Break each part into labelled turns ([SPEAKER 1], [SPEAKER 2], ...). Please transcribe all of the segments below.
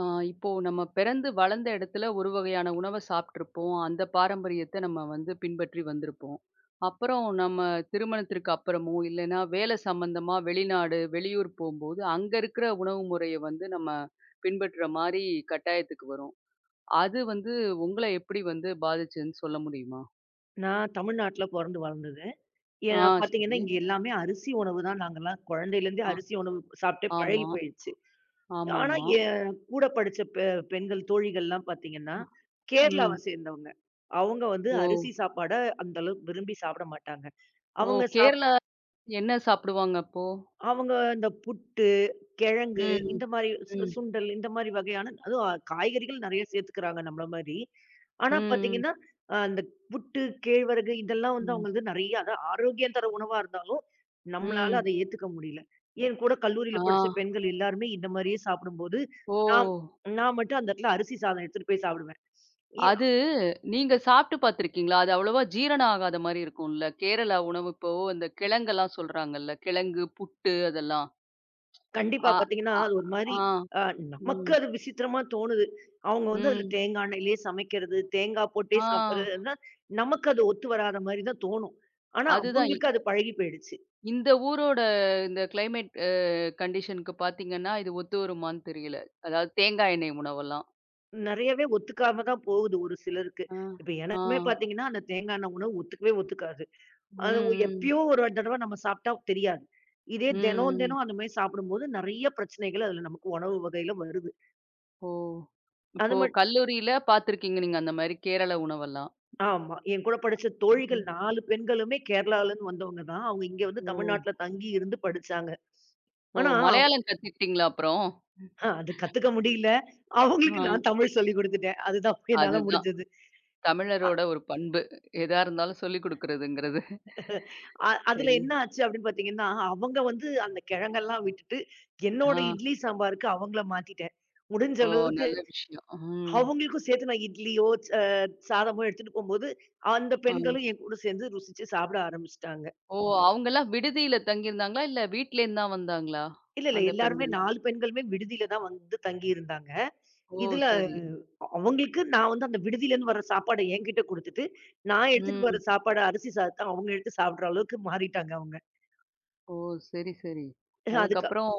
[SPEAKER 1] ஆ, இப்போ நம்ம பிறந்து வளர்ந்த இடத்துல ஒரு வகையான உணவை சாப்பிட்ருப்போம். அந்த பாரம்பரியத்த நம்ம வந்து பின்பற்றி வந்திருப்போம். அப்புறம் நம்ம திருமணத்திற்கு அப்புறமோ, இல்லைன்னா வேலை சம்மந்தமா வெளிநாடு, வெளியூர் போம்போது, அங்க இருக்கிற உணவு முறைய வந்து நம்ம பின்பற்ற மாரி கட்டாயத்துக்கு வரும். அது வந்து உங்கள எப்படி வந்து பாதிச்சதுன்னு சொல்ல முடியுமா?
[SPEAKER 2] நான் தமிழ்நாட்டுல பொறந்து வளர்ந்தது. ஏ
[SPEAKER 1] ஆ,
[SPEAKER 2] பாத்தீங்கன்னா,
[SPEAKER 1] சரி.
[SPEAKER 2] இங்க எல்லாமே அரிசி உணவு தான். நாங்கலாம் குழந்தையிலேருந்தே
[SPEAKER 1] ஆ,
[SPEAKER 2] அரிசி உணவு சாப்பிட்டே பழகி
[SPEAKER 1] ஆமா.
[SPEAKER 2] போயிடுச்சு. ஆனா,
[SPEAKER 1] ஆமாமா.
[SPEAKER 2] என் கூட படிச்ச பெண்கள் தோழிகள்லாம் பாத்தீங்கன்னா, கேரளாவ
[SPEAKER 1] ம்.
[SPEAKER 2] சேர்ந்தவங்க. அவங்க வந்து
[SPEAKER 1] ஓ!
[SPEAKER 2] அரிசி சாப்பாட அந்த அளவுக்கு விரும்பி சாப்பிட மாட்டாங்க.
[SPEAKER 1] ஓ!
[SPEAKER 2] அவங்க சாப்
[SPEAKER 1] கேரளா என்ன சாப்பிடுவாங்க அப்போ?
[SPEAKER 2] அவங்க இந்த புட்டு, கிழங்கு,
[SPEAKER 1] ம்.
[SPEAKER 2] இந்த மாரி
[SPEAKER 1] ம்.
[SPEAKER 2] சுண்டல் இந்த மாரி வகையான அதுவும் காய்கறிகள் நெறைய சேர்த்துக்கிறாங்க நம்மள மாரி. ஆனா
[SPEAKER 1] ம்.
[SPEAKER 2] பார்த்தீங்கன்னா, அந்த புட்டு, கேழ்வரகு இதெல்லாம் வந்து
[SPEAKER 1] ம்.
[SPEAKER 2] அவங்களது நெறைய அதான் ஆரோக்கியம் தர உணவா இருந்தாலும், நம்மளால
[SPEAKER 1] ம்.
[SPEAKER 2] அத ஏத்துக்க முடியல. என் கூட
[SPEAKER 1] ஆ.
[SPEAKER 2] கல்லூரியில படிச்ச பெண்கள் எல்லாருமே இந்த மாரியே சாப்பிடும்போது,
[SPEAKER 1] ஓ!
[SPEAKER 2] நான் நான் மட்டும் அந்த இடத்துல அரிசி சாதம் எடுத்துட்டு போய் சாப்பிடுவேன்.
[SPEAKER 1] அது நீங்க சாப்பிட்டு பார்த்துருக்கீங்களா? அது அவ்வளவா ஜீரணம் ஆகாத மாரி இருக்கும்ல. கேரளா உணவு இப்போ இந்த கிழங்கெல்லாம் சொல்றாங்கல்ல. கிழங்கு, புட்டு அதெல்லாம்.
[SPEAKER 2] கண்டிப்பா
[SPEAKER 1] அ
[SPEAKER 2] பார்த்தீங்கன்னா,
[SPEAKER 1] அ
[SPEAKER 2] அது ஒரு மாரி,
[SPEAKER 1] ஆ.
[SPEAKER 2] அ நமக்கு
[SPEAKER 1] ம்.
[SPEAKER 2] அது விசித்திரமா தோணுது. அவங்க வந்து அதுல
[SPEAKER 1] ம்.
[SPEAKER 2] தேங்காய் எண்ணெயிலேயே சமைக்கிறது, தேங்காய் போட்டே
[SPEAKER 1] ஆ.
[SPEAKER 2] சாப்பிடுறதுன்னா, நமக்கு அது ஒத்து வராத மாரி தான் தோணும். ஆனா,
[SPEAKER 1] அதுதான்.
[SPEAKER 2] அவங்களுக்கு அது பழகி போயிடுச்சு.
[SPEAKER 1] இந்த ஊரோட இந்த கிளைமேட் கண்டிஷனுக்கு பார்த்தீங்கன்னா, இது ஒத்து வருமான்னு தெரியல. அதாவது தேங்காய் எண்ணெய் உணவெல்லாம்.
[SPEAKER 2] நெறையவே ஒத்துக்காம தான் போகுது ஒரு சிலருக்கு.
[SPEAKER 1] ஆ.
[SPEAKER 2] இப்ப
[SPEAKER 1] ஆ.
[SPEAKER 2] எனக்குமே பார்த்தீங்கன்னா, அந்த தேங்காய் எண்ணெய் உணவு ஒத்துக்கவே ஒத்துக்காது.
[SPEAKER 1] ம்,
[SPEAKER 2] அது
[SPEAKER 1] ம்.
[SPEAKER 2] எப்பயோ ஒரு தடவ நம்ம சாப்பிட்டா தெரியாது. இதே தினம்,
[SPEAKER 1] ம், ம்.
[SPEAKER 2] தினம் அந்த மாரி சாப்பிடும்போது நெறைய பிரச்சனைகள் அதுல நமக்கு உணவு வகையில வருது.
[SPEAKER 1] ஓ!
[SPEAKER 2] அது
[SPEAKER 1] இப்போ
[SPEAKER 2] மட்
[SPEAKER 1] கல்லூரியில பார்த்துருக்கீங்க நீங்க அந்த மாரி கேரள உணவெல்லாம்.
[SPEAKER 2] ஆமா. என் கூட படிச்ச தோழிகள்
[SPEAKER 1] ம்.
[SPEAKER 2] 4 பெண்களுமே கேரளாலருந்து வந்தவங்க தான். அவங்க இங்க வந்து
[SPEAKER 1] ஓ!
[SPEAKER 2] தமிழ்நாட்டுல தங்கி இருந்து படிச்சாங்க.
[SPEAKER 1] ஓ!
[SPEAKER 2] ஆனா, அவ்
[SPEAKER 1] மலையாளம் கத்துக்கிட்டீங்களா அப்புறம்?
[SPEAKER 2] அ அது கத்துக்க முடியல. அவங்களுக்கு நான்
[SPEAKER 1] ஆ
[SPEAKER 2] தமிழ் சொல்லிக் குடுத்துட்டேன். அதுதான் என்னால
[SPEAKER 1] அதுதான்.
[SPEAKER 2] முடிஞ்சது. அ
[SPEAKER 1] தமிழரோட ஒரு பண்பு. எதா இருந்தாலும் சொல்லிக் குடுக்குறதுங்கிறது.
[SPEAKER 2] அ அதுல
[SPEAKER 1] சரி.
[SPEAKER 2] என்ன ஆச்சு அப்படின்னு பார்த்தீங்கன்னா, அவங்க வந்து அந்த கிழங்கெல்லாம் விட்டுட்டு, என்னோட
[SPEAKER 1] ஆ.
[SPEAKER 2] இட்லி சாம்பாருக்கு அவங்கள மாத்திட்டேன். முடிஞ்ச
[SPEAKER 1] ஓ!
[SPEAKER 2] அளவுக்கு
[SPEAKER 1] நல்ல விஷயம். ம்.
[SPEAKER 2] அவங்களுக்கும் சேர்த்து நான் இட்லியோ, ச சாதமோ எடுத்துட்டு போம்போது, அந்த
[SPEAKER 1] ஆ.
[SPEAKER 2] பெண்களும் என் கூட சேர்ந்து ருசிச்சு சாப்பிட ஆரம்பிச்சுட்டாங்க.
[SPEAKER 1] ஓ! அவங்கலாம் விடுதியில தங்கியிருந்தாங்களா? இல்ல வீட்லேருந்து தான் வந்தாங்களா?
[SPEAKER 2] இல்ல, இல்ல
[SPEAKER 1] அந்த
[SPEAKER 2] எல்லாருமே
[SPEAKER 1] பெண்கள்லாம்.
[SPEAKER 2] 4 பெண்களுமே விடுதியில தான் வந்து தங்கியிருந்தாங்க.
[SPEAKER 1] ஓ!
[SPEAKER 2] இதுல
[SPEAKER 1] சரி.
[SPEAKER 2] அவங்களுக்கு நான் வந்து அந்த விடுதியிலேருந்து வர சாப்பாட என்கிட்ட குடுத்துட்டு, நான் எடுத்துட்டு
[SPEAKER 1] ம்.
[SPEAKER 2] வர சாப்பாட அரிசி சாதத்த அவங்க எடுத்து சாப்பிடுற அளவுக்கு மாறிட்டாங்க அவங்க.
[SPEAKER 1] ஓ! சரி, சரி.
[SPEAKER 2] அதுக்கு
[SPEAKER 1] அதுக்கப்புறம்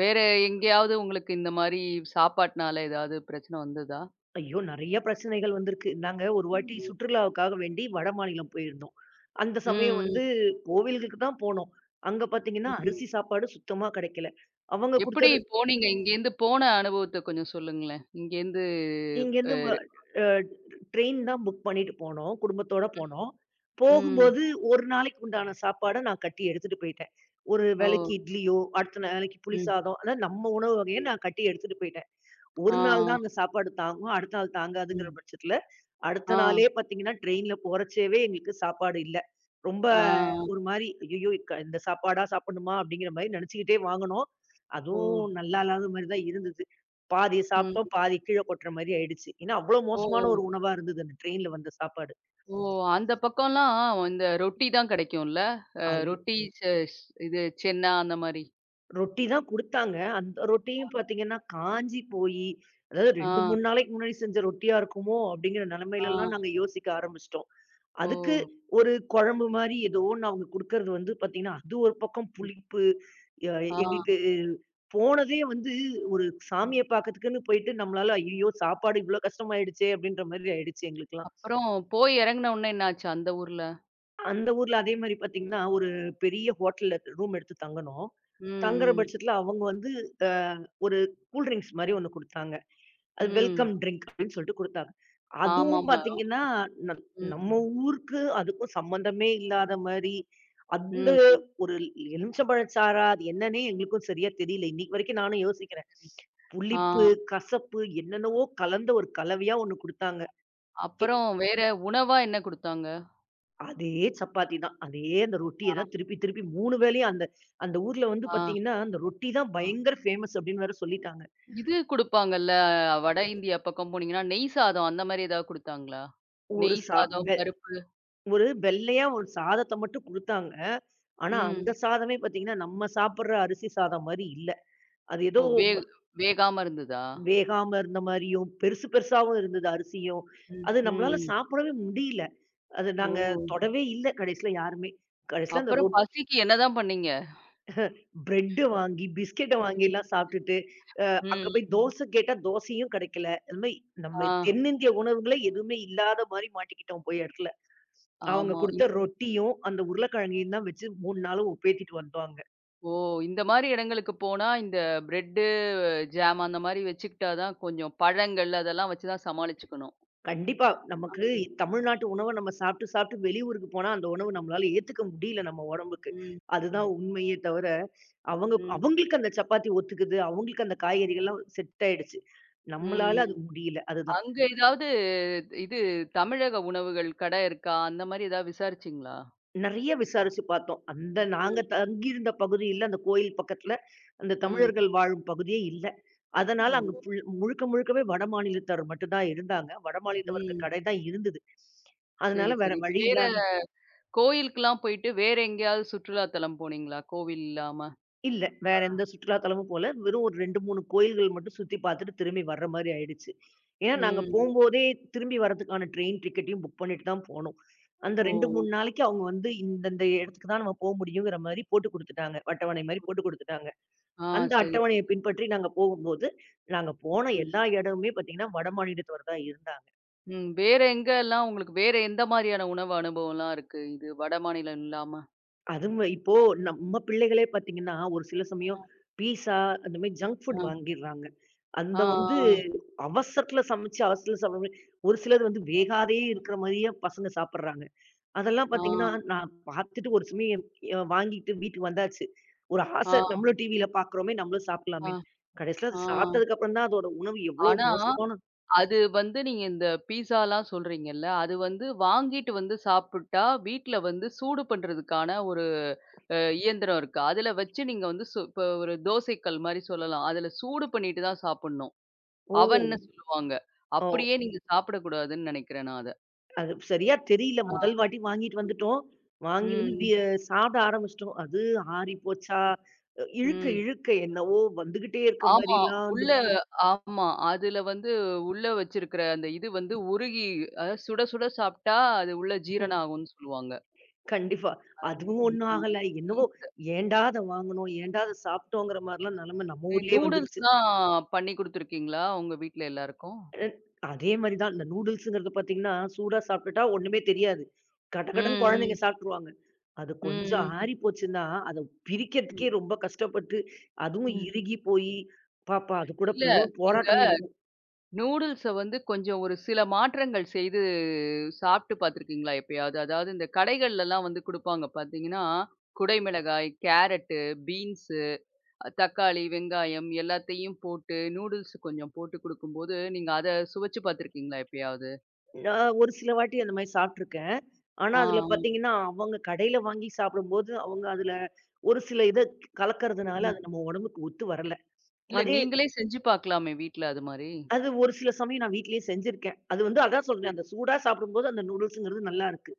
[SPEAKER 1] வேற எங்கேயாவது உங்களுக்கு இந்த மாரி சாப்பாட்டுனால ஏதாவது பிரச்சனை வந்ததா?
[SPEAKER 2] ஐயோ! நெறைய பிரச்சனைகள் வந்திருக்கு. நாங்க ஒரு வாட்டி
[SPEAKER 1] ம்.
[SPEAKER 2] சுற்றுலாவுக்காக வேண்டி வடமாநிலம் போயிருந்தோம். அந்த சமயம்
[SPEAKER 1] ம்.
[SPEAKER 2] வந்து கோவில்களுக்கு தான் போனோம். அங்க பார்த்தீங்கன்னா,
[SPEAKER 1] ம்.
[SPEAKER 2] அரிசி சாப்பாடு சுத்தமா கெடைக்கல. அவங்க
[SPEAKER 1] எப்படி
[SPEAKER 2] குடுத்த
[SPEAKER 1] போனீங்க? இங்கேருந்து போன அனுபவத்த கொஞ்சம் சொல்லுங்களேன். இங்கேருந்து அ
[SPEAKER 2] இங்கேருந்து ம அ ட்ரெயின் தான் புக் பண்ணிட்டு போனோம். குடும்பத்தோட போனோம்.
[SPEAKER 1] ம்.
[SPEAKER 2] போகும்போது 1 நாளைக்கு உண்டான சாப்பாட நான் கட்டி எடுத்துட்டு போயிட்டேன். ஒரு
[SPEAKER 1] ஓ!
[SPEAKER 2] வேளைக்கு இட்லியோ, அடுத்த நாளைக்கு புளி
[SPEAKER 1] ம்,
[SPEAKER 2] சாதம், அதாவது நம்ம உணவு வகைய
[SPEAKER 1] ம்.
[SPEAKER 2] நான் கட்டி எடுத்துட்டு போயிட்டேன்.
[SPEAKER 1] ஆ,
[SPEAKER 2] 1 நாள் தான் அந்த சாப்பாடு தாங்கும். அடுத்த நாள் தாங்காதுங்கிற
[SPEAKER 1] ம்.
[SPEAKER 2] பட்சத்துல அடுத்த
[SPEAKER 1] ஆ,
[SPEAKER 2] நாளே பார்த்தீங்கன்னா, ட்ரெயின்ல போறச்சேவே எங்களுக்கு சாப்பாடு இல்ல. ரொம்ப
[SPEAKER 1] ஆ.
[SPEAKER 2] ஒரு மாரி, "ஐயய்யோ! இந்த சாப்பாடா சாப்பிடணுமா?" அப்படிங்கிற மாரி நெனச்சுக்கிட்டே வாங்குனோம்.
[SPEAKER 1] ஓ!
[SPEAKER 2] அதுவும் நல்லா இல்லாத மாரி தான் இருந்தது. பாதி
[SPEAKER 1] ம்.
[SPEAKER 2] சாப்பிட்டோம், பாதி கீழ கொட்டுற மாரி ஆயிடுச்சு. ஏன்னா, அவ்ளோ மோசமான
[SPEAKER 1] ஓ!
[SPEAKER 2] ஒரு உணவா இருந்தது அந்த ட்ரெயின்ல வந்த சாப்பாடு.
[SPEAKER 1] ஓ! அந்த பக்கம்லாம் இந்த ரொட்டி தான் கிடைக்கும்ல? அ
[SPEAKER 2] ஐயோ!
[SPEAKER 1] ரொட்டி ச ஸ் இது சென்னா அந்த மாரி.
[SPEAKER 2] ரொட்டி தான் குடுத்தாங்க. அந்த ரொட்டியும் பார்த்தீங்கன்னா, காஞ்சு போயி, அதாவது
[SPEAKER 1] ஆ,
[SPEAKER 2] 2, 3 நாளைக்கு முன்னாடி செஞ்ச ரொட்டியா இருக்குமோ? அப்படிங்கிற
[SPEAKER 1] ஆ.
[SPEAKER 2] நெலைமையிலலாம் நாங்க யோசிக்க ஆரம்பிச்சுட்டோம்.
[SPEAKER 1] ஓ!
[SPEAKER 2] அதுக்கு ஒரு குழம்பு மாரி ஏதோ ஒண்ணு அவங்க குடுக்கறது வந்து பார்த்தீங்கன்னா, அது ஒரு பக்கம்
[SPEAKER 1] ம்.
[SPEAKER 2] புளிப்பு. எ
[SPEAKER 1] ஆ.
[SPEAKER 2] எங்களுக்கு போனதே வந்து ஒரு
[SPEAKER 1] ம்.
[SPEAKER 2] சாமிய பார்க்கறதுக்குன்னு போயிட்டு நம்மளால ஐயய்யோ! சாப்பாடு இவ்ளோ கஷ்டமாயிடுச்சே! அப்படின்ற மாரி ஆயிடுச்சு எங்களுக்கெல்லாம்.
[SPEAKER 1] அப்புறம் போய் இறங்குன உடனே என்ன ஆச்சு அந்த ஊர்ல?
[SPEAKER 2] அந்த ஊர்ல அதே மாரி பார்த்தீங்கன்னா, ஒரு பெரிய ஹோட்டல்ல ரூம் எடுத்து தங்குனோம்.
[SPEAKER 1] ம்,
[SPEAKER 2] தங்குற
[SPEAKER 1] ம்.
[SPEAKER 2] பட்சத்துல அவங்க வந்து அ ஒரு கூல் ட்ரிங்க்ஸ் மாரி ஒண்ணு குடுத்தாங்க. அது
[SPEAKER 1] ம்.
[SPEAKER 2] வெல்கம் ட்ரிங்க் அப்படின்னு சொல்லிட்டு குடுத்தாங்க. அதுவும்
[SPEAKER 1] ஆமாமா.
[SPEAKER 2] பார்த்தீங்கன்னா, நம்
[SPEAKER 1] ம்,
[SPEAKER 2] நம்ம ஊருக்கு அதுக்கும் சம்மந்தமே இல்லாத மாரி, அந்த
[SPEAKER 1] ம், ம்.
[SPEAKER 2] ஒரு எலுமிச்சம்பழம் சாறா? அது என்னன்னே எங்களுக்கும் சரியா தெரியல. இன்னைக்கு வரைக்கும் நானும் யோசிக்கிறேன்.
[SPEAKER 1] ஆ.
[SPEAKER 2] புளிப்பு, கசப்பு என்னென்னவோ கலந்த ஒரு கலவையா ஒண்ணு குடுத்தாங்க. கே
[SPEAKER 1] அப்புறம் வேற உணவா என்ன குடுத்தாங்க?
[SPEAKER 2] அதே சப்பாத்தி தான். அதே அந்த ரொட்டிய தான் திருப்பி திருப்பி 3 வேளையும் அந்த அந்த ஊர்ல வந்து
[SPEAKER 1] ஆ,
[SPEAKER 2] பார்த்தீங்கன்னா, அந்த ரொட்டி தான்
[SPEAKER 1] ஆ.
[SPEAKER 2] பயங்கர ஃபேமஸ் அப்படின்னு வேற சொல்லிட்டாங்க.
[SPEAKER 1] இது குடுப்பாங்கல்ல, வட இந்தியா பக்கம் போனீங்கன்னா, நெய் சாதம் அந்த மாரி ஏதாவது குடுத்தாங்களா?
[SPEAKER 2] ஒரு
[SPEAKER 1] நெய்
[SPEAKER 2] சா
[SPEAKER 1] சாதம், பருப்பு.
[SPEAKER 2] ஒரு வெள்ளையா ஒரு சாதத்த மட்டும் குடுத்தாங்க. ஆனா, ம்.
[SPEAKER 1] ம்.
[SPEAKER 2] அந்த சாதமே பாத்தீங்கன்னா, நம்ம சாப்பிடுற அரிசி சாதம் மாரி இல்ல. அது ஏதோ
[SPEAKER 1] ஓ! வேகாம இருந்ததா?
[SPEAKER 2] வேகாம இருந்த மாரியும், பெருசு பெருசாவும் இருந்தது அரிசியும்.
[SPEAKER 1] ம்,
[SPEAKER 2] அது நம்மளால
[SPEAKER 1] ம்.
[SPEAKER 2] சாப்பிடவே முடியல. அது
[SPEAKER 1] ஓ!
[SPEAKER 2] நாங்க தொடவே இல்ல கடைசில யாருமே. கடைசில அந்த
[SPEAKER 1] அப்புறம்
[SPEAKER 2] ரொட்
[SPEAKER 1] பசிக்கு என்னதான் பண்ணீங்க?
[SPEAKER 2] பிரெட் வாங்கி, பிஸ்கட்ட வாங்கி எல்லாம் சாப்பிட்டுட்டு,
[SPEAKER 1] ம்,
[SPEAKER 2] அங்க போய்
[SPEAKER 1] ம்.
[SPEAKER 2] தோசை கேட்டா தோசையும் கெடைக்கல. அது மாரி நம்ம
[SPEAKER 1] ஆ,
[SPEAKER 2] தென்னிந்திய உணவுகளே எதுவுமே இல்லாத மாரி மாட்டிக்கிட்டோம் போய் இடத்துல. அவங்க
[SPEAKER 1] ஆமா.
[SPEAKER 2] குடுத்த ரொட்டியும், அந்த உருளைக்கிழங்கையும் தான் வச்சு 3 நாளும் உபேத்திட்டு வந்தோம் அங்க.
[SPEAKER 1] ஓ! இந்த மாரி இடங்களுக்கு போனா, இந்த பிரெட்டு, ஜாம் அந்த மாரி வச்சுக்கிட்டா தான் கொஞ்சம் பழங்கள் அதெல்லாம் வச்சு தான் சமாளிச்சுக்கணும்.
[SPEAKER 2] கண்டிப்பா. நமக்கு
[SPEAKER 1] ம்,
[SPEAKER 2] தமிழ்நாட்டு உணவ நம்ம சாப்பிட்டு, சாப்பிட்டு வெளியூருக்கு போனா, அந்த உணவு நம்மளால ஏத்துக்க முடியல நம்ம உடம்புக்கு.
[SPEAKER 1] ம்,
[SPEAKER 2] அதுதான் உண்மையே தவிர, அவங்க
[SPEAKER 1] ம்,
[SPEAKER 2] அவங்களுக்கு அந்த சப்பாத்தி ஒத்துக்குது. அவங்களுக்கு அந்த காய்கறிகள்லாம் செட் ஆயிடுச்சு. நம்மளால
[SPEAKER 1] ம்.
[SPEAKER 2] அது முடியல. அதுதான்.
[SPEAKER 1] அங்க ஏதாவது இது தமிழக உணவுகள் கடை இருக்கா? அந்த மாரி ஏதாவது விசாரிச்சீங்களா?
[SPEAKER 2] நெறைய விசாரிச்சு பார்த்தோம். அந்த நாங்க
[SPEAKER 1] ம்.
[SPEAKER 2] தங்கியிருந்த பகுதியில, அந்த கோயில் பக்கத்துல, அந்த
[SPEAKER 1] ம்.
[SPEAKER 2] தமிழர்கள் வாழும் பகுதியே இல்ல. அதனால
[SPEAKER 1] ம்.
[SPEAKER 2] அங்க ஃபுல் முழுக்க முழுக்கவே வடமாநிலத்தவர் மட்டும் தான் இருந்தாங்க. வடமாநிலத்தவருக்கு
[SPEAKER 1] ம்.
[SPEAKER 2] கடை தான் இருந்தது. அதனால
[SPEAKER 1] சரி,
[SPEAKER 2] வேற
[SPEAKER 1] சரி.
[SPEAKER 2] வழி இல்ல
[SPEAKER 1] வேற கோயிலுக்குலாம் போயிட்டு வேற எங்கேயாவது சுற்றுலா தலம் போனீங்களா? கோவில் இல்லாம?
[SPEAKER 2] இல்ல. வேற எந்த சுற்றுலாத்தலமும் போல. வெறும் ஒரு 2, 3 கோயில்கள் மட்டும் சுத்தி பார்த்துட்டு திரும்பி வர்ற மாரி ஆயிடுச்சு. ஏன்னா நாங்க
[SPEAKER 1] ம்.
[SPEAKER 2] போம்போதே திரும்பி வர்றதுக்கான ட்ரெயின் டிக்கெட்டையும் புக் பண்ணிட்டு தான் போனோம். அந்த
[SPEAKER 1] ஓ!
[SPEAKER 2] 2, 3 நாளைக்கு அவங்க வந்து இந்தந்த இடத்துக்கு தான் நம்ம போ முடியுங்கிற மாரி போட்டு குடுத்துட்டாங்க. அட்டவணை மாரி போட்டு குடுத்துட்டாங்க.
[SPEAKER 1] ஆ
[SPEAKER 2] அந்த
[SPEAKER 1] சரி,
[SPEAKER 2] அட்டவணைய
[SPEAKER 1] சரி.
[SPEAKER 2] பின்பற்றி நாங்க போகும்போது, நாங்க போன
[SPEAKER 1] ம்.
[SPEAKER 2] எல்லா இடமுமே பார்த்தீங்கன்னா, வடமாநிலத்தவர் தான் இருந்தாங்க.
[SPEAKER 1] ம். வேற எங்கலாம் உங்களுக்கு வேற எந்த மாரியான உணவு அனுபவம்லாம் இருக்கு? இது வட மாநிலம் இல்லாம?
[SPEAKER 2] அதுவும் இப்போ நம்ம பிள்ளைகளே பார்த்தீங்கன்னா, ஒரு சில
[SPEAKER 1] ஆ.
[SPEAKER 2] சமயம் பீஸா அந்த மாரி ஜங்க் ஃபுட்
[SPEAKER 1] ஆ.
[SPEAKER 2] வாங்கிர்றாங்க.
[SPEAKER 1] ஆ.
[SPEAKER 2] அந்த வந்து அவசரத்துல சமைச்சு, அவசரத்துல சமை ஒரு சிலர் வந்து வேகாதே இருக்கிற மாரியே பசங்க சாப்பிடுறாங்க. அதெல்லாம்
[SPEAKER 1] ஆ.
[SPEAKER 2] பார்த்தீங்கன்னா, நான் பார்த்துட்டு ஒரு சமயம் வாங்கிட்டு வீட்டுக்கு வந்தாச்சு. ஒரு ஆசை
[SPEAKER 1] ஆ.
[SPEAKER 2] நம்மளும் டிவியில பார்க்குறோமே, நம்மளும்
[SPEAKER 1] ஆ.
[SPEAKER 2] சாப்பிடலாமேன்னு. கடைசியில
[SPEAKER 1] ஆ.
[SPEAKER 2] அது சாப்பிட்டதுக்கு அப்புறம் தான் அதோட உணவு எவ்வளோ
[SPEAKER 1] ஆனா
[SPEAKER 2] மோசமான
[SPEAKER 1] அது வந்து நீங்க இந்த பீஸாலாம் சொல்றீங்கல்ல, அது வந்து வாங்கிட்டு வந்து சாப்பிட்டா, வீட்ல வந்து சூடு பண்றதுக்கான ஒரு இயந்திரம் இருக்கு. அதுல வச்சு நீங்க வந்து இப்ப ஒரு தோசைக்கல் மாரி சொல்லலாம். அதுல சூடு பண்ணிட்டு தான் சாப்பிடணும்.
[SPEAKER 2] ஓ!
[SPEAKER 1] அவன்னு சொல்லுவாங்க.
[SPEAKER 2] ஓ!
[SPEAKER 1] அப்படியே நீங்க சாப்பிடக்கூடாதுன்னு நினைக்கிறேன் நான் அத.
[SPEAKER 2] அது சரியா தெரியல.
[SPEAKER 1] ஆ.
[SPEAKER 2] முதல் வாட்டி வாங்கிட்டு வந்துட்டோம். வாங்கி வந்து
[SPEAKER 1] ம்.
[SPEAKER 2] வி சாப்பிட ஆரம்பிச்சுட்டோம். அது ஆறி போச்சா? இழுக்க,
[SPEAKER 1] ம்.
[SPEAKER 2] இழுக்க என்னவோ வந்துகிட்டே இருக்க
[SPEAKER 1] ஆமா.
[SPEAKER 2] மாரிலாம் வந்து
[SPEAKER 1] உள்ள ஆமா. அதுல வந்து உள்ள வச்சிருக்கிற அந்த இது வந்து உருகி அதாவது சுட சுட சாப்பிட்டா, அது உள்ள ஜீரணம் ஆகும்ன்னு சொல்லுவாங்க.
[SPEAKER 2] கண்டிப்பா. அதுவும் ஒண்ணும் ஆகல. என்னவோ
[SPEAKER 1] ம்.
[SPEAKER 2] ஏன்டா அத வாங்குனோம்? ஏன்டா அத சாப்பிட்டோங்கிற மாரிலாம் நெலம நம்ம ஊர்லயே வந்துருச்சு.
[SPEAKER 1] நூடுல்ஸ்லாம் பண்ணி குடுத்துருக்கீங்களா? உங்க வீட்ல எல்லாருக்கும்?
[SPEAKER 2] அன் அதே மாரி தான். இந்த நூடுல்ஸ்ங்கிறது பார்த்தீங்கன்னா, சூடா சாப்பிட்டுட்டா ஒண்ணுமே தெரியாது.
[SPEAKER 1] ம்,
[SPEAKER 2] கடகடன்னு குழந்தைங்க
[SPEAKER 1] ம்.
[SPEAKER 2] சாப்ட்டுருவாங்க. அது கொஞ்சம்
[SPEAKER 1] ம், ம்.
[SPEAKER 2] ஆறி போச்சுன்னா, அத
[SPEAKER 1] ம்.
[SPEAKER 2] பிரிக்கிறதுக்கே ரொம்ப கஷ்டப்பட்டு, அதுவும்
[SPEAKER 1] ம்.
[SPEAKER 2] இறுகி போயி, பாப்பா அது கூட
[SPEAKER 1] இல்ல,
[SPEAKER 2] பெரும்
[SPEAKER 1] நீங்க
[SPEAKER 2] போராட்டமே இருக்கும்.
[SPEAKER 1] நூடுல்ஸ வந்து கொஞ்சம் ஒரு சில மாற்றங்கள் செய்து சாப்பிட்டு பார்த்துருக்கீங்களா எப்பயாவது? அதாவது இந்த கடைகள்லலாம் வந்து குடுப்பாங்க பார்த்தீங்கன்னா, குடை மிளகாய், கேரட்டு, பீன்ஸு, தக்காளி, வெங்காயம் எல்லாத்தையும் போட்டு நூடுல்ஸ் கொஞ்சம் போட்டு குடுக்கும்போது, நீங்க அத சுவைச்சு பார்த்துருக்கீங்களா எப்பயாவது?
[SPEAKER 2] நான் ஒரு சில வாட்டி அந்த மாரி சாப்ட்டுருக்கேன். ஆனா,
[SPEAKER 1] ஆ.
[SPEAKER 2] அதுல பார்த்தீங்கன்னா, அவங்க கடையில வாங்கி சாப்பிடும்போது, அவங்க அதுல ஒரு சில இத கலக்கறதுனால,
[SPEAKER 1] ம்.
[SPEAKER 2] அது நம்ம உடம்புக்கு ஒத்து வரல.
[SPEAKER 1] இல்ல
[SPEAKER 2] அதே
[SPEAKER 1] நீங்களே செஞ்சு பார்க்கலாமே வீட்ல அது மாரி.
[SPEAKER 2] அது ஒரு சில சமயம் நான் வீட்லயே செஞ்சிருக்கேன். அது வந்து அதான் சொல்றேன். அந்த சூடா சாப்பிடும்போது அந்த நூடுல்ஸ்ங்கிறது நல்லாருக்கு.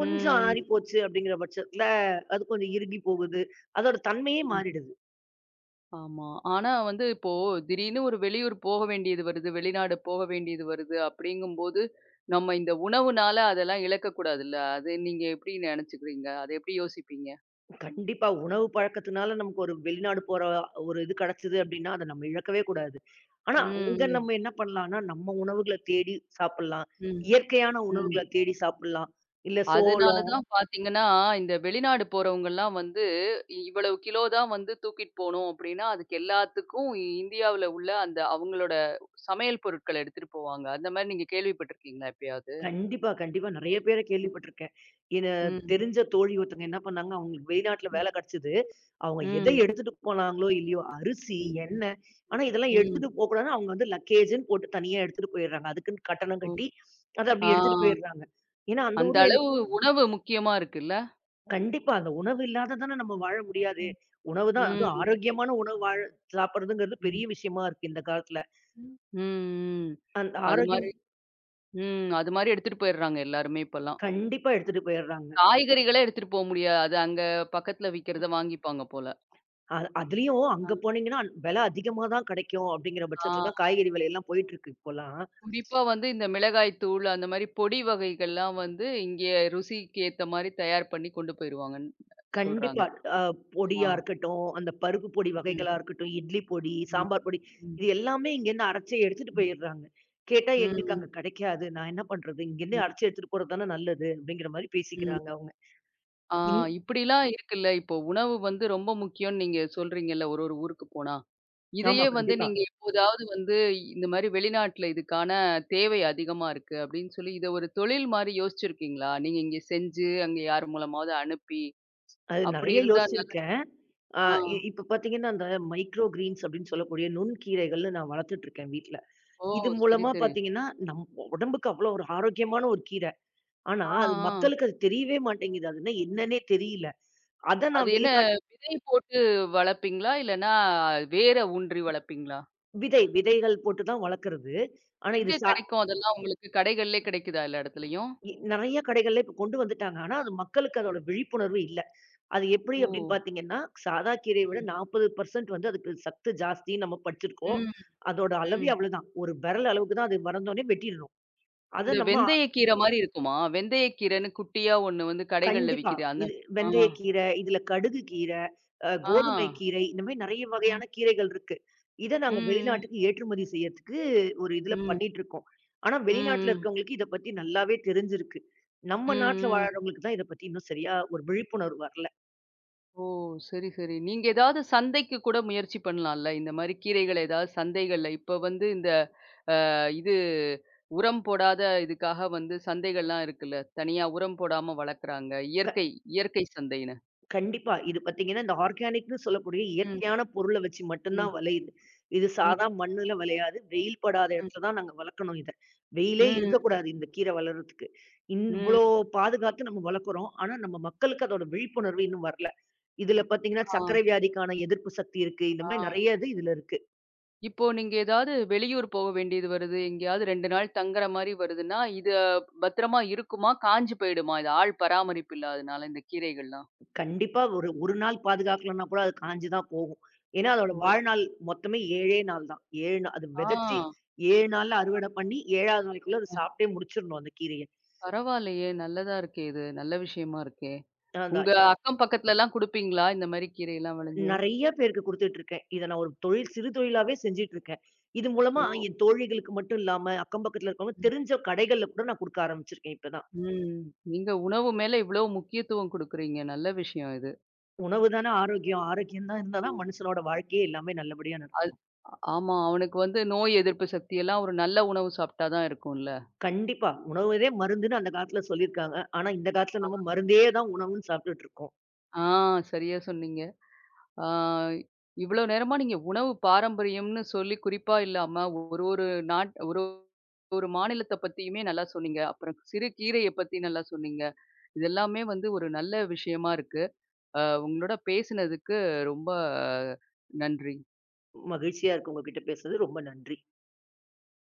[SPEAKER 2] கொஞ்சம் ஆறிப்போச்சு அப்படிங்கிற பட்சத்துல, அது கொஞ்சம் இறுகி போகுது. அதோட தன்மையே
[SPEAKER 1] ம்.
[SPEAKER 2] மாறிடுது.
[SPEAKER 1] ஆமா. ஆனா வந்து இப்போ திடீர்னு ஒரு வெளியூர் போக வேண்டியது வருது, வெளிநாடு போக வேண்டியது வருது அப்படிங்கும்போது, நம்ம இந்த உணவுனால அதெல்லாம் இழக்கக்கூடாதுல்ல. அது நீங்க எப்படி நெனைச்சுக்கிறீங்க? அத எப்படி யோசிப்பீங்க?
[SPEAKER 2] கண்டிப்பா உணவு பழக்கத்துனால நமக்கு ஒரு வெளிநாடு போற ஒரு இது கிடைச்சது அப்படின்னா, அத நம்ம இழக்கவே கூடாது. ஆனா அங்க
[SPEAKER 1] ம்,
[SPEAKER 2] நம்ம என்ன பண்ணலாம்னா, நம்ம உணவுகள தேடி சாப்பிடலாம்.
[SPEAKER 1] ம்,
[SPEAKER 2] இயற்கையான
[SPEAKER 1] ம், ம்.
[SPEAKER 2] உணவுகள தேடி சாப்பிடலாம். இல்ல
[SPEAKER 1] அதனால
[SPEAKER 2] சோளம்
[SPEAKER 1] தான் பார்த்தீங்கன்னா, இந்த வெளிநாடு போறவங்கலாம் வந்து, இவ்வளவு கிலோ தான் வந்து தூக்கிட்டு போணும் அப்படின்னா, அதுக்கு எல்லாத்துக்கும் இந்தியாவுல உள்ள அந்த அவங்களோட சமையல் பொருட்கள எடுத்துட்டு போவாங்க. அந்த மாரி நீங்க கேள்விப்பட்டுருக்கீங்களா எப்பயாவது?
[SPEAKER 2] கண்டிப்பா, கண்டிப்பா. நெறைய பேர கேள்விப்பட்டுருக்கேன். என
[SPEAKER 1] ம்,
[SPEAKER 2] தெரிஞ்ச தோழி ஒருத்தங்க என்ன பண்ணாங்க, அவங்களுக்கு வெளிநாட்டுல
[SPEAKER 1] ம்,
[SPEAKER 2] வேல கெடச்சது. அவங்க எத
[SPEAKER 1] ம்,
[SPEAKER 2] எடுத்துட்டு போனாங்களோ, இல்லையோ அரிசி,
[SPEAKER 1] ம்,
[SPEAKER 2] எண்ணெய் ஆனா இதெல்லாம்
[SPEAKER 1] ம்.
[SPEAKER 2] எடுத்துட்டு போக்கூடாதுன்னு அவங்க வந்து லக்கேஜ்ன்னு போட்டு தனியா எடுத்துட்டு போயிடுறாங்க. அதுக்குன்னு கட்டணம்
[SPEAKER 1] ஓ!
[SPEAKER 2] கட்டி, அத அப்படி
[SPEAKER 1] ஆ.
[SPEAKER 2] எடுத்துட்டு போயிடுறாங்க. ஏன்னா அந்த
[SPEAKER 1] அந்த
[SPEAKER 2] ஊர்ல
[SPEAKER 1] அளவு
[SPEAKER 2] எனக்கு
[SPEAKER 1] உணவு முக்கியமா இருக்குல்ல.
[SPEAKER 2] கண்டிப்பா அந்த உணவு இல்லாத தானே நம்ம வாழ முடியாது.
[SPEAKER 1] ம்.
[SPEAKER 2] உணவு தான் அதுவும்
[SPEAKER 1] ம்.
[SPEAKER 2] ஆரோக்கியமான உணவு வாழ சாப்பிடுறதுங்கிறது
[SPEAKER 1] ம்.
[SPEAKER 2] பெரிய விஷயமா இருக்கு இந்த காலத்துல.
[SPEAKER 1] ம். ம், ம்.
[SPEAKER 2] அந்த
[SPEAKER 1] அது
[SPEAKER 2] ஆரோக்கியம்
[SPEAKER 1] மாரி ம். அது மாரி எடுத்துட்டு போயிடுறாங்க எல்லாருமே இப்பல்லாம்.
[SPEAKER 2] கண்டிப்பா எடுத்துட்டு போயிடுறாங்க.
[SPEAKER 1] காய்கறிகளே எடுத்துட்டு போ முடியாது. அங்க பக்கத்துல விக்கிறத வாங்கிப்பாங்க போல.
[SPEAKER 2] அதுலயும் அங்க போனீங்கன்னா, விலை அதிகமா தான் கிடைக்கும் அப்படிங்கிற பட்சத்துல தான்
[SPEAKER 1] ஆ.
[SPEAKER 2] காய்கறி விலையெல்லாம் போயிட்டு இருக்கு இப்போலாம்.
[SPEAKER 1] குறிப்பா வந்து இந்த மிளகாய் தூள் அந்த மாரி பொடி வகைகள்லாம் வந்து இங்கே ருசிக்கு ஏத்த மாரி தயார் பண்ணி கொண்டு போயிருவாங்கன்னு சொல்றாங்க.
[SPEAKER 2] கண்டிப்பா. அ
[SPEAKER 1] ஆ.
[SPEAKER 2] பொடியா இருக்கட்டும், அந்த பருப்பு பொடி
[SPEAKER 1] ம்.
[SPEAKER 2] வகைகளா இருக்கட்டும், இட்லி பொடி,
[SPEAKER 1] ம்.
[SPEAKER 2] சாம்பார் பொடி
[SPEAKER 1] ம்.
[SPEAKER 2] இது எல்லாமே இங்கேருந்து அரைச்சு எடுத்துட்டு
[SPEAKER 1] ம்.
[SPEAKER 2] போயிடுறாங்க. கேட்டா எங்களுக்கு
[SPEAKER 1] ம்.
[SPEAKER 2] அங்க கிடைக்காது. நான் என்ன பண்றது?
[SPEAKER 1] ம்.
[SPEAKER 2] இங்கேருந்து அரைச்சு எடுத்துட்டு போறது தானே நல்லது அப்படிங்கிற மாரி
[SPEAKER 1] ம்.
[SPEAKER 2] பேசிக்கிறாங்க அவங்க.
[SPEAKER 1] ஆ
[SPEAKER 2] இன்
[SPEAKER 1] இப்படிலாம் இருக்குல்ல. இப்போ உணவு வந்து ரொம்ப முக்கியம்னு நீங்க சொல்றீங்கல்ல, ஒரு ஒரு ஊருக்கு போனா.
[SPEAKER 2] ஆமா,
[SPEAKER 1] இதையே வந்து
[SPEAKER 2] கண்டிப்பா.
[SPEAKER 1] நீங்க எப்போதாவது வந்து இந்த மாரி வெளிநாட்ல இதுக்கான தேவை அதிகமா இருக்கு அப்படின்னு சொல்லி, இத ஒரு தொழில் மாரி யோசிச்சிருக்கீங்களா? நீங்க இங்க செஞ்சு, அங்க யார் மூலமாவது அனுப்பி,
[SPEAKER 2] அது
[SPEAKER 1] அப்படி
[SPEAKER 2] நெறைய
[SPEAKER 1] இருந்தா
[SPEAKER 2] யோசிச்சிருக்கேன். அ
[SPEAKER 1] ஆ.
[SPEAKER 2] இ இப்ப பார்த்தீங்கன்னா, அந்த மைக்ரோ கிரீன்ஸ் அப்படின்னு சொல்லக்கூடிய நுண்கீரைகள்னு நான் வளர்த்துட்டு இருக்கேன் வீட்ல.
[SPEAKER 1] ஓ!
[SPEAKER 2] இது
[SPEAKER 1] சரி,
[SPEAKER 2] மூலமா
[SPEAKER 1] சரி.
[SPEAKER 2] பாத்தீங்கன்னா, உடம்புக்கு அவ்வளோ ஒரு ஆரோக்கியமான ஒரு கீர. ஆனா,
[SPEAKER 1] ஆ,
[SPEAKER 2] அது
[SPEAKER 1] ஆ.
[SPEAKER 2] மக்களுக்கு அது தெரியவே மாட்டேங்குது. அதுன்னா என்னன்னே தெரியல. அத
[SPEAKER 1] அது
[SPEAKER 2] நான்
[SPEAKER 1] என்ன
[SPEAKER 2] வெளிநாட்
[SPEAKER 1] விதை போட்டு வளர்ப்பீங்களா? இல்லன்னா வேர ஊன்றி வளர்ப்பீங்களா?
[SPEAKER 2] விதைகள் போட்டு தான் வளர்க்கறது. ஆனா,
[SPEAKER 1] எங்க
[SPEAKER 2] இது சா
[SPEAKER 1] கெடைக்கும் அதெல்லாம் உங்களுக்கு? கடைகள்லயே கிடைக்குதா எல்லா இடத்துலயும்?
[SPEAKER 2] இ நெறைய கடைகள்ல இப்ப கொண்டு வந்துட்டாங்க. ஆனா, அது மக்களுக்கு அதோட விழிப்புணர்வு இல்ல. அது எப்படி
[SPEAKER 1] ஓ!
[SPEAKER 2] அப்படின்னு பாத்தீங்கன்னா, சாதா கீரைய விட
[SPEAKER 1] ம்.
[SPEAKER 2] 40% வந்து அதுக்கு சத்து ஜாஸ்தின்னு நம்ம படிச்சிருக்கோம்.
[SPEAKER 1] ம்.
[SPEAKER 2] அதோட அளவே
[SPEAKER 1] ம்.
[SPEAKER 2] அவ்வளோதான். ஒரு விரல் அளவுக்கு தான் அது வளர்ந்தோனே வெட்டிடணும். அத
[SPEAKER 1] இந்த
[SPEAKER 2] நம்ம
[SPEAKER 1] வெந்தயக்கீரை மாரி இருக்குமா? வெந்தயக்கீரைன்னு குட்டியா ஒண்ணு வந்து கடைகள்ல
[SPEAKER 2] கண்டிப்பா.
[SPEAKER 1] விக்குது. அந்த
[SPEAKER 2] இது
[SPEAKER 1] ஆ,
[SPEAKER 2] வெந்தயக்கீரை, இதுல கடுகு கீரை,
[SPEAKER 1] ஆ.
[SPEAKER 2] கோதுமை கீரை இந்த மாரி நெறைய
[SPEAKER 1] ம்.
[SPEAKER 2] வகையான கீரைகள் இருக்கு. இத நாங்க
[SPEAKER 1] ம்.
[SPEAKER 2] வெளிநாட்டுக்கு ஏற்றுமதி செய்யறதுக்கு ஒரு இதுல
[SPEAKER 1] ம்.
[SPEAKER 2] பண்ணிட்டுருக்கோம். ஆனா
[SPEAKER 1] ம்.
[SPEAKER 2] வெளிநாட்டுல
[SPEAKER 1] ம்.
[SPEAKER 2] இருக்கவங்களுக்கு இத பத்தி நல்லாவே தெரிஞ்சிருக்கு.
[SPEAKER 1] ம்.
[SPEAKER 2] நம்ம நாட்டுல
[SPEAKER 1] ம்.
[SPEAKER 2] வாழறவங்களுக்கு தான் இத பத்தி இன்னும் சரியா ஒரு விழிப்புணர்வு வரல.
[SPEAKER 1] ஓ! சரி, சரி. நீங்க ஏதாவது சந்தைக்கு கூட முயற்சி பண்ணலாம்ல. இந்த மாரி கீரைகள ஏதாவது சந்தைகள்ல இப்ப வந்து இந்த இது உரம் போடாத இதுக்காக வந்து சந்தைகள்லாம் இருக்குல்ல. தனியா உரம் போடாம வளர்க்குறாங்க. இயற்கை இயற்கை சந்தைன்னு.
[SPEAKER 2] கண்டிப்பா. இது பார்த்தீங்கன்னா, இந்த ஆர்கானிக்ன்னு சொல்லக்கூடிய
[SPEAKER 1] ம்.
[SPEAKER 2] இயற்கையான பொருள வச்சு மட்டும்
[SPEAKER 1] ம்.
[SPEAKER 2] தான் விளையுது. இது
[SPEAKER 1] ம்.
[SPEAKER 2] சாதா மண்ணுல விளையாது. வெயில் படாத
[SPEAKER 1] ம்.
[SPEAKER 2] இடத்துல தான் நாங்க வளர்க்கணும் இத. வெயிலே
[SPEAKER 1] ம்.
[SPEAKER 2] இருக்கக்கூடாது இந்த கீரை வளர்றதுக்கு.
[SPEAKER 1] ம்.
[SPEAKER 2] இவ்ளோ பாதுகாத்து நம்ம வளர்க்குறோம். ஆனா நம்ம மக்களுக்கு அதோட விழிப்புணர்வு இன்னும் வரல. இதுல பார்த்தீங்கன்னா,
[SPEAKER 1] ஆ.
[SPEAKER 2] சர்க்கரை வியாதிக்கான எதிர்ப்பு சக்தி இருக்கு. இந்த மாரி
[SPEAKER 1] ஆ.
[SPEAKER 2] நெறைய இது இதுல இருக்கு.
[SPEAKER 1] இப்போ நீங்க ஏதாவது வெளியூர் போக வேண்டியது வருது. எங்கேயாவது 2 நாள் தங்குற மாரி வருதுன்னா, இது பத்திரமா இருக்குமா? காஞ்சு போயிடுமா? இது ஆள் பராமரிப்பு இல்லாதனால இந்த கீரைகள்லாம்.
[SPEAKER 2] கண்டிப்பா ஒரு 1 நாள் பாதுகாக்கலன்னா கூட அது காஞ்சு தான் போகும். ஏன்னா, அதோட
[SPEAKER 1] ஓ!
[SPEAKER 2] வாழ்நாள் மொத்தமே 7ஏ நாள் தான். 7 நாள் அது விதைச்சு
[SPEAKER 1] ஆ
[SPEAKER 2] 7 நாள்ல அறுவடை பண்ணி 7வது நாளைக்குள்ள அத சாப்பிட்டே முடிச்சிரணும் அந்த கீரைய.
[SPEAKER 1] பரவாயில்லயே! நல்லதா இருக்கே இது. நல்ல விஷயமா இருக்கே. உங்க
[SPEAKER 2] அதான் இது
[SPEAKER 1] அக்கம் பக்கத்துலலாம் குடுப்பீங்களா? இந்த மாரி கீரையெல்லாம் விளைஞ்சு?
[SPEAKER 2] நெறைய பேருக்கு குடுத்துட்டு இருக்கேன். இத நான் ஒரு தொழில் சிறு தொழிலாவே செஞ்சுட்டு இருக்கேன். இது மூலமா
[SPEAKER 1] ஓ!
[SPEAKER 2] என் தோழிகளுக்கு மட்டும் இல்லாம, அக்கம் பக்கத்துல இருக்கவங்க
[SPEAKER 1] ம்.
[SPEAKER 2] தெரிஞ்ச கடைகள்ல கூட நான் குடுக்க ஆரம்பிச்சிருக்கேன் இப்பதான்.
[SPEAKER 1] ம். நீங்க உணவு மேல இவ்ளோ முக்கியத்துவம் குடுக்குறீங்க. நல்ல விஷயம் இது.
[SPEAKER 2] உணவு தானே ஆரோக்கியம். ஆரோக்கியம் தான் இருந்தா
[SPEAKER 1] ம்.
[SPEAKER 2] தான் மனுஷனோட வாழ்க்கையே எல்லாமே நல்லபடியா
[SPEAKER 1] அது ஆமா. அவனுக்கு வந்து நோய் எதிர்ப்பு சக்தி எல்லாம் ஒரு நல்ல உணவு சாப்பிட்டா தான் இருக்கும்ல.
[SPEAKER 2] கண்டிப்பா. உணவுதே மருந்துன்னு அந்த காலத்துல சொல்லியிருக்காங்க. ஆனா இந்த காலத்துல நம்ம மருந்தே தான் உணவுன்னு சாப்பிட்டுட்டு இருக்கோம்.
[SPEAKER 1] ஆ சரியா சொன்னீங்க. ஆ, இவ்வளோ நேரமா நீங்க உணவு பாரம்பரியம்னு சொல்லி குறிப்பா இல்லாம ஒரு ஒரு ஒரு ஒரு மாநிலத்த பத்தியுமே நல்லா சொன்னீங்க. அப்புறம் சிறு கீரைய பத்தி நல்லா சொன்னீங்க. இதெல்லாமே வந்து ஒரு நல்ல விஷயமா இருக்கு. அ உங்களோட பேசினதுக்கு ரொம்ப நன்றி.
[SPEAKER 2] மகிழ்ச்சியா இருக்கு உங்ககிட்ட பேசுனது. ரொம்ப நன்றி.